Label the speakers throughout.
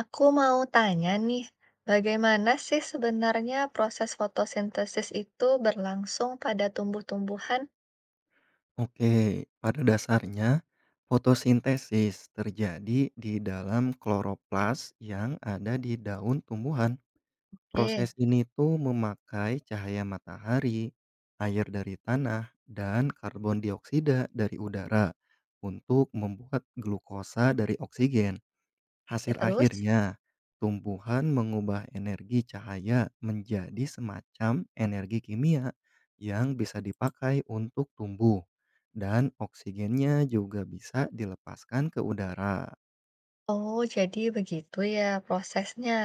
Speaker 1: Aku mau tanya nih, bagaimana sih sebenarnya proses fotosintesis itu berlangsung pada tumbuh-tumbuhan?
Speaker 2: Oke, pada dasarnya fotosintesis terjadi di dalam kloroplas yang ada di daun tumbuhan.
Speaker 1: Oke,
Speaker 2: Proses ini tuh memakai cahaya matahari, air dari tanah, dan karbon dioksida dari udara untuk membuat glukosa dari oksigen.
Speaker 1: ya
Speaker 2: Hasil
Speaker 1: terus?
Speaker 2: akhirnya, tumbuhan mengubah energi cahaya menjadi semacam energi kimia yang bisa dipakai untuk tumbuh dan oksigennya juga bisa dilepaskan ke udara.
Speaker 1: Oh, jadi begitu ya prosesnya.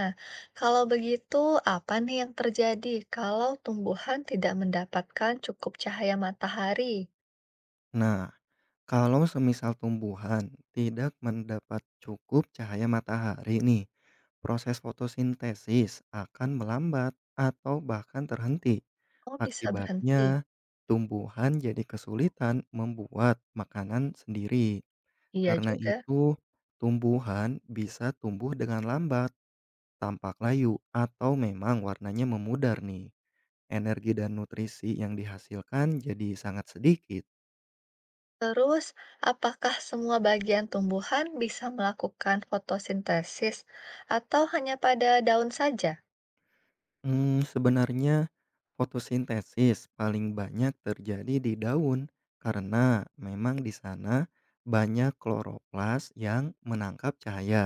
Speaker 1: Kalau begitu, apa nih yang terjadi kalau tumbuhan tidak mendapatkan cukup cahaya matahari?
Speaker 2: Nah, kalau semisal tumbuhan tidak mendapat cukup cahaya matahari nih, proses fotosintesis akan melambat atau bahkan terhenti.
Speaker 1: Oh, bisa berhenti.
Speaker 2: Akibatnya, tumbuhan jadi kesulitan membuat makanan sendiri.
Speaker 1: Iya
Speaker 2: Karena
Speaker 1: juga.
Speaker 2: itu, tumbuhan bisa tumbuh dengan lambat, tampak layu, atau memang warnanya memudar nih. Energi dan nutrisi yang dihasilkan jadi sangat sedikit.
Speaker 1: Terus, apakah semua bagian tumbuhan bisa melakukan fotosintesis atau hanya pada daun saja?
Speaker 2: Sebenarnya fotosintesis paling banyak terjadi di daun karena memang di sana banyak kloroplas yang menangkap cahaya.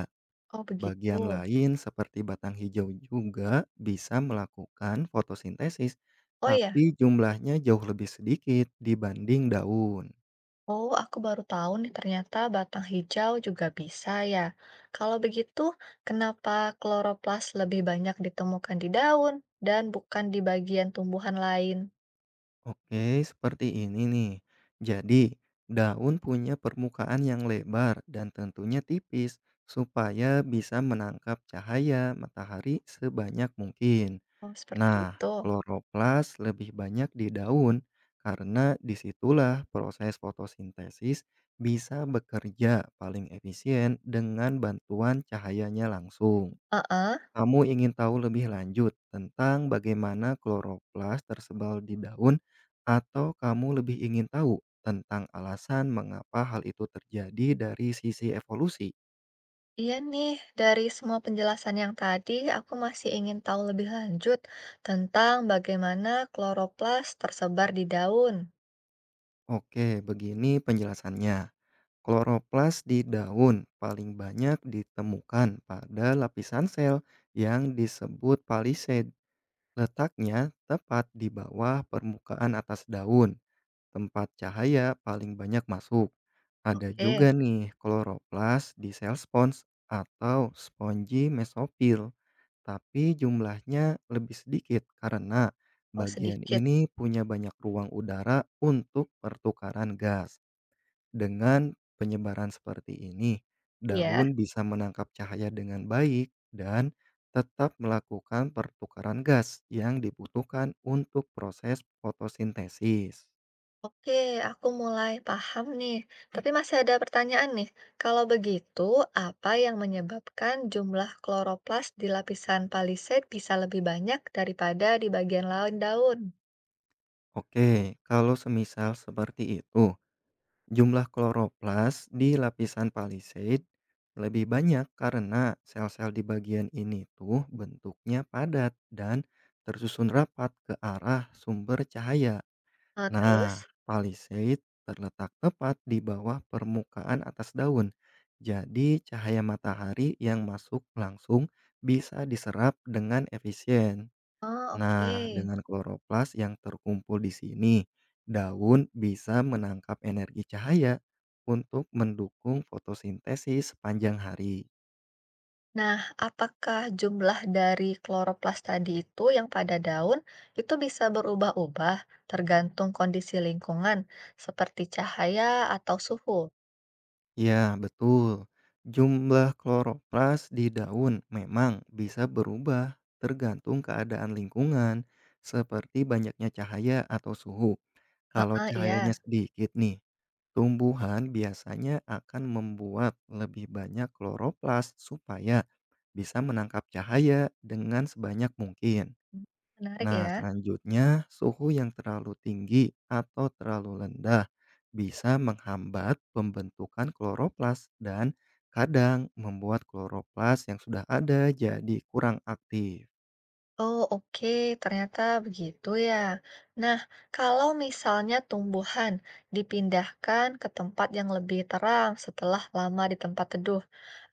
Speaker 1: Oh begitu.
Speaker 2: Bagian lain seperti batang hijau juga bisa melakukan fotosintesis,
Speaker 1: Oh ya,
Speaker 2: tapi jumlahnya jauh lebih sedikit dibanding daun.
Speaker 1: oh aku baru tahu nih ternyata batang hijau juga bisa ya. Kalau begitu, kenapa kloroplas lebih banyak ditemukan di daun dan bukan di bagian tumbuhan lain?
Speaker 2: Oke, seperti ini nih. Jadi, daun punya permukaan yang lebar dan tentunya tipis supaya bisa menangkap cahaya matahari sebanyak mungkin.
Speaker 1: Oh seperti
Speaker 2: Nah,
Speaker 1: itu.
Speaker 2: kloroplas lebih banyak di daun karena disitulah proses fotosintesis bisa bekerja paling efisien dengan bantuan cahayanya langsung.
Speaker 1: Heeh,
Speaker 2: Kamu ingin tahu lebih lanjut tentang bagaimana kloroplas tersebar di daun atau kamu lebih ingin tahu tentang alasan mengapa hal itu terjadi dari sisi evolusi?
Speaker 1: iya nih, dari semua penjelasan yang tadi, aku masih ingin tahu lebih lanjut tentang bagaimana kloroplas tersebar di daun.
Speaker 2: Oke, begini penjelasannya. Kloroplas di daun paling banyak ditemukan pada lapisan sel yang disebut palisade. Letaknya tepat di bawah permukaan atas daun, tempat cahaya paling banyak masuk. Ada
Speaker 1: Oke,
Speaker 2: juga nih kloroplas di sel spons atau spongy mesofil, tapi jumlahnya lebih sedikit karena
Speaker 1: oh
Speaker 2: bagian
Speaker 1: sedikit,
Speaker 2: ini punya banyak ruang udara untuk pertukaran gas. Dengan penyebaran seperti ini,
Speaker 1: iya.
Speaker 2: daun bisa menangkap cahaya dengan baik dan tetap melakukan pertukaran gas yang dibutuhkan untuk proses fotosintesis.
Speaker 1: Oke, aku mulai paham nih. Tapi masih ada pertanyaan nih. Kalau begitu, apa yang menyebabkan jumlah kloroplas di lapisan palisade bisa lebih banyak daripada di bagian lain daun?
Speaker 2: Oke, kalau semisal seperti itu, jumlah kloroplas di lapisan palisade lebih banyak karena sel-sel di bagian ini tuh bentuknya padat dan tersusun rapat ke arah sumber cahaya.
Speaker 1: Nah,
Speaker 2: Nah,
Speaker 1: terus?
Speaker 2: palisade terletak tepat di bawah permukaan atas daun. Jadi, cahaya matahari yang masuk langsung bisa diserap dengan efisien.
Speaker 1: Oh,
Speaker 2: Nah,
Speaker 1: oke.
Speaker 2: dengan kloroplas yang terkumpul di sini, daun bisa menangkap energi cahaya untuk mendukung fotosintesis sepanjang hari.
Speaker 1: Nah, apakah jumlah dari kloroplas tadi itu yang pada daun itu bisa berubah-ubah tergantung kondisi lingkungan, seperti cahaya atau suhu?
Speaker 2: Ya, betul. Jumlah kloroplas di daun memang bisa berubah tergantung keadaan lingkungan, seperti banyaknya cahaya atau suhu. Kalau
Speaker 1: Ah, iya.
Speaker 2: cahayanya sedikit nih, tumbuhan biasanya akan membuat lebih banyak kloroplas supaya bisa menangkap cahaya dengan sebanyak mungkin.
Speaker 1: Hmm, menarik
Speaker 2: Nah,
Speaker 1: ya.
Speaker 2: selanjutnya suhu yang terlalu tinggi atau terlalu rendah bisa menghambat pembentukan kloroplas dan kadang membuat kloroplas yang sudah ada jadi kurang aktif.
Speaker 1: Oh, oke, ternyata begitu ya. Nah, kalau misalnya tumbuhan dipindahkan ke tempat yang lebih terang setelah lama di tempat teduh,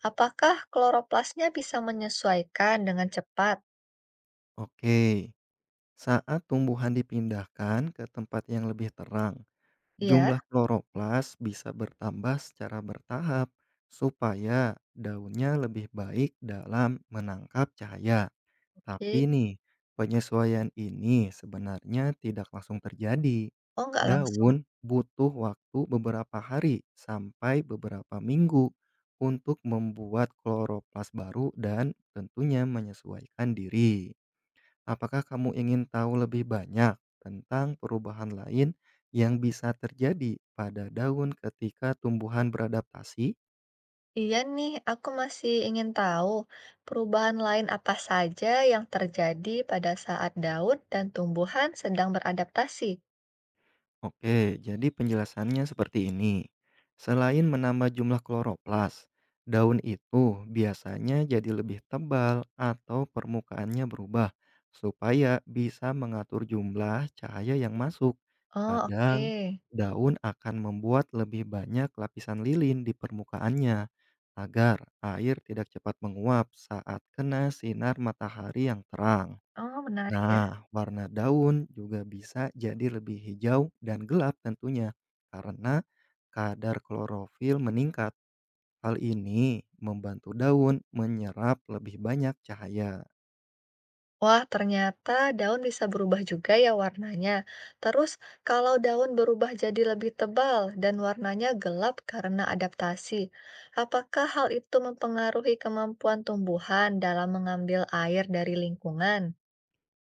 Speaker 1: apakah kloroplasnya bisa menyesuaikan dengan cepat?
Speaker 2: Oke, saat tumbuhan dipindahkan ke tempat yang lebih terang, jumlah
Speaker 1: Iya.
Speaker 2: kloroplas bisa bertambah secara bertahap supaya daunnya lebih baik dalam menangkap cahaya.
Speaker 1: Oke.
Speaker 2: Tapi nih, penyesuaian ini sebenarnya tidak langsung terjadi.
Speaker 1: Oh, nggak langsung.
Speaker 2: Daun butuh waktu beberapa hari sampai beberapa minggu untuk membuat kloroplas baru dan tentunya menyesuaikan diri. Apakah kamu ingin tahu lebih banyak tentang perubahan lain yang bisa terjadi pada daun ketika tumbuhan beradaptasi?
Speaker 1: Iya nih, aku masih ingin tahu perubahan lain apa saja yang terjadi pada saat daun dan tumbuhan sedang beradaptasi.
Speaker 2: Oke, jadi penjelasannya seperti ini. Selain menambah jumlah kloroplas, daun itu biasanya jadi lebih tebal atau permukaannya berubah supaya bisa mengatur jumlah cahaya yang masuk.
Speaker 1: Oh,
Speaker 2: Kadang
Speaker 1: oke.
Speaker 2: daun akan membuat lebih banyak lapisan lilin di permukaannya agar air tidak cepat menguap saat kena sinar matahari yang terang.
Speaker 1: Oh, menarik ya.
Speaker 2: Nah, warna daun juga bisa jadi lebih hijau dan gelap tentunya karena kadar klorofil meningkat. Hal ini membantu daun menyerap lebih banyak cahaya.
Speaker 1: Wah, ternyata daun bisa berubah juga ya warnanya. Terus, kalau daun berubah jadi lebih tebal dan warnanya gelap karena adaptasi, apakah hal itu mempengaruhi kemampuan tumbuhan dalam mengambil air dari lingkungan?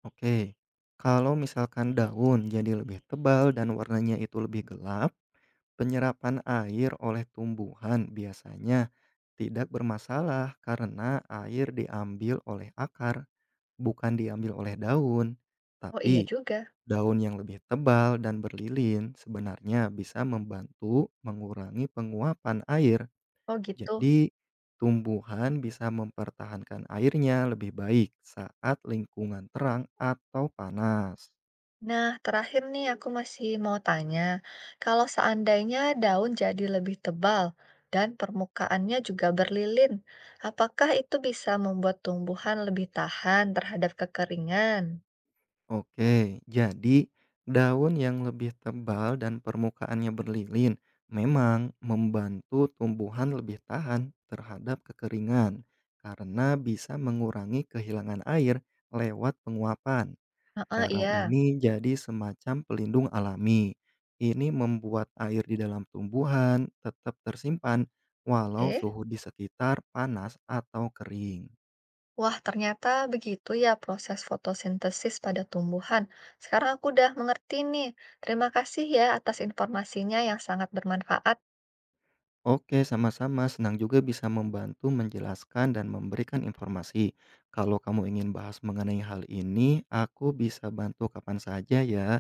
Speaker 2: Oke, kalau misalkan daun jadi lebih tebal dan warnanya itu lebih gelap, penyerapan air oleh tumbuhan biasanya tidak bermasalah karena air diambil oleh akar, bukan diambil oleh daun.
Speaker 1: Oh iya
Speaker 2: Tapi
Speaker 1: juga.
Speaker 2: daun yang lebih tebal dan berlilin sebenarnya bisa membantu mengurangi penguapan air.
Speaker 1: Oh gitu.
Speaker 2: Jadi, tumbuhan bisa mempertahankan airnya lebih baik saat lingkungan terang atau panas.
Speaker 1: Nah, terakhir nih aku masih mau tanya, kalau seandainya daun jadi lebih tebal dan permukaannya juga berlilin, apakah itu bisa membuat tumbuhan lebih tahan terhadap kekeringan?
Speaker 2: Oke, jadi daun yang lebih tebal dan permukaannya berlilin memang membantu tumbuhan lebih tahan terhadap kekeringan karena bisa mengurangi kehilangan air lewat penguapan.
Speaker 1: Heeh,
Speaker 2: Cara
Speaker 1: iya.
Speaker 2: ini jadi semacam pelindung alami. Ini membuat air di dalam tumbuhan tetap tersimpan walau
Speaker 1: Oke.
Speaker 2: suhu di sekitar panas atau kering.
Speaker 1: Wah, ternyata begitu ya proses fotosintesis pada tumbuhan. Sekarang aku udah mengerti nih. Terima kasih ya atas informasinya yang sangat bermanfaat.
Speaker 2: Oke, sama-sama. Senang juga bisa membantu menjelaskan dan memberikan informasi. Kalau kamu ingin bahas mengenai hal ini, aku bisa bantu kapan saja ya.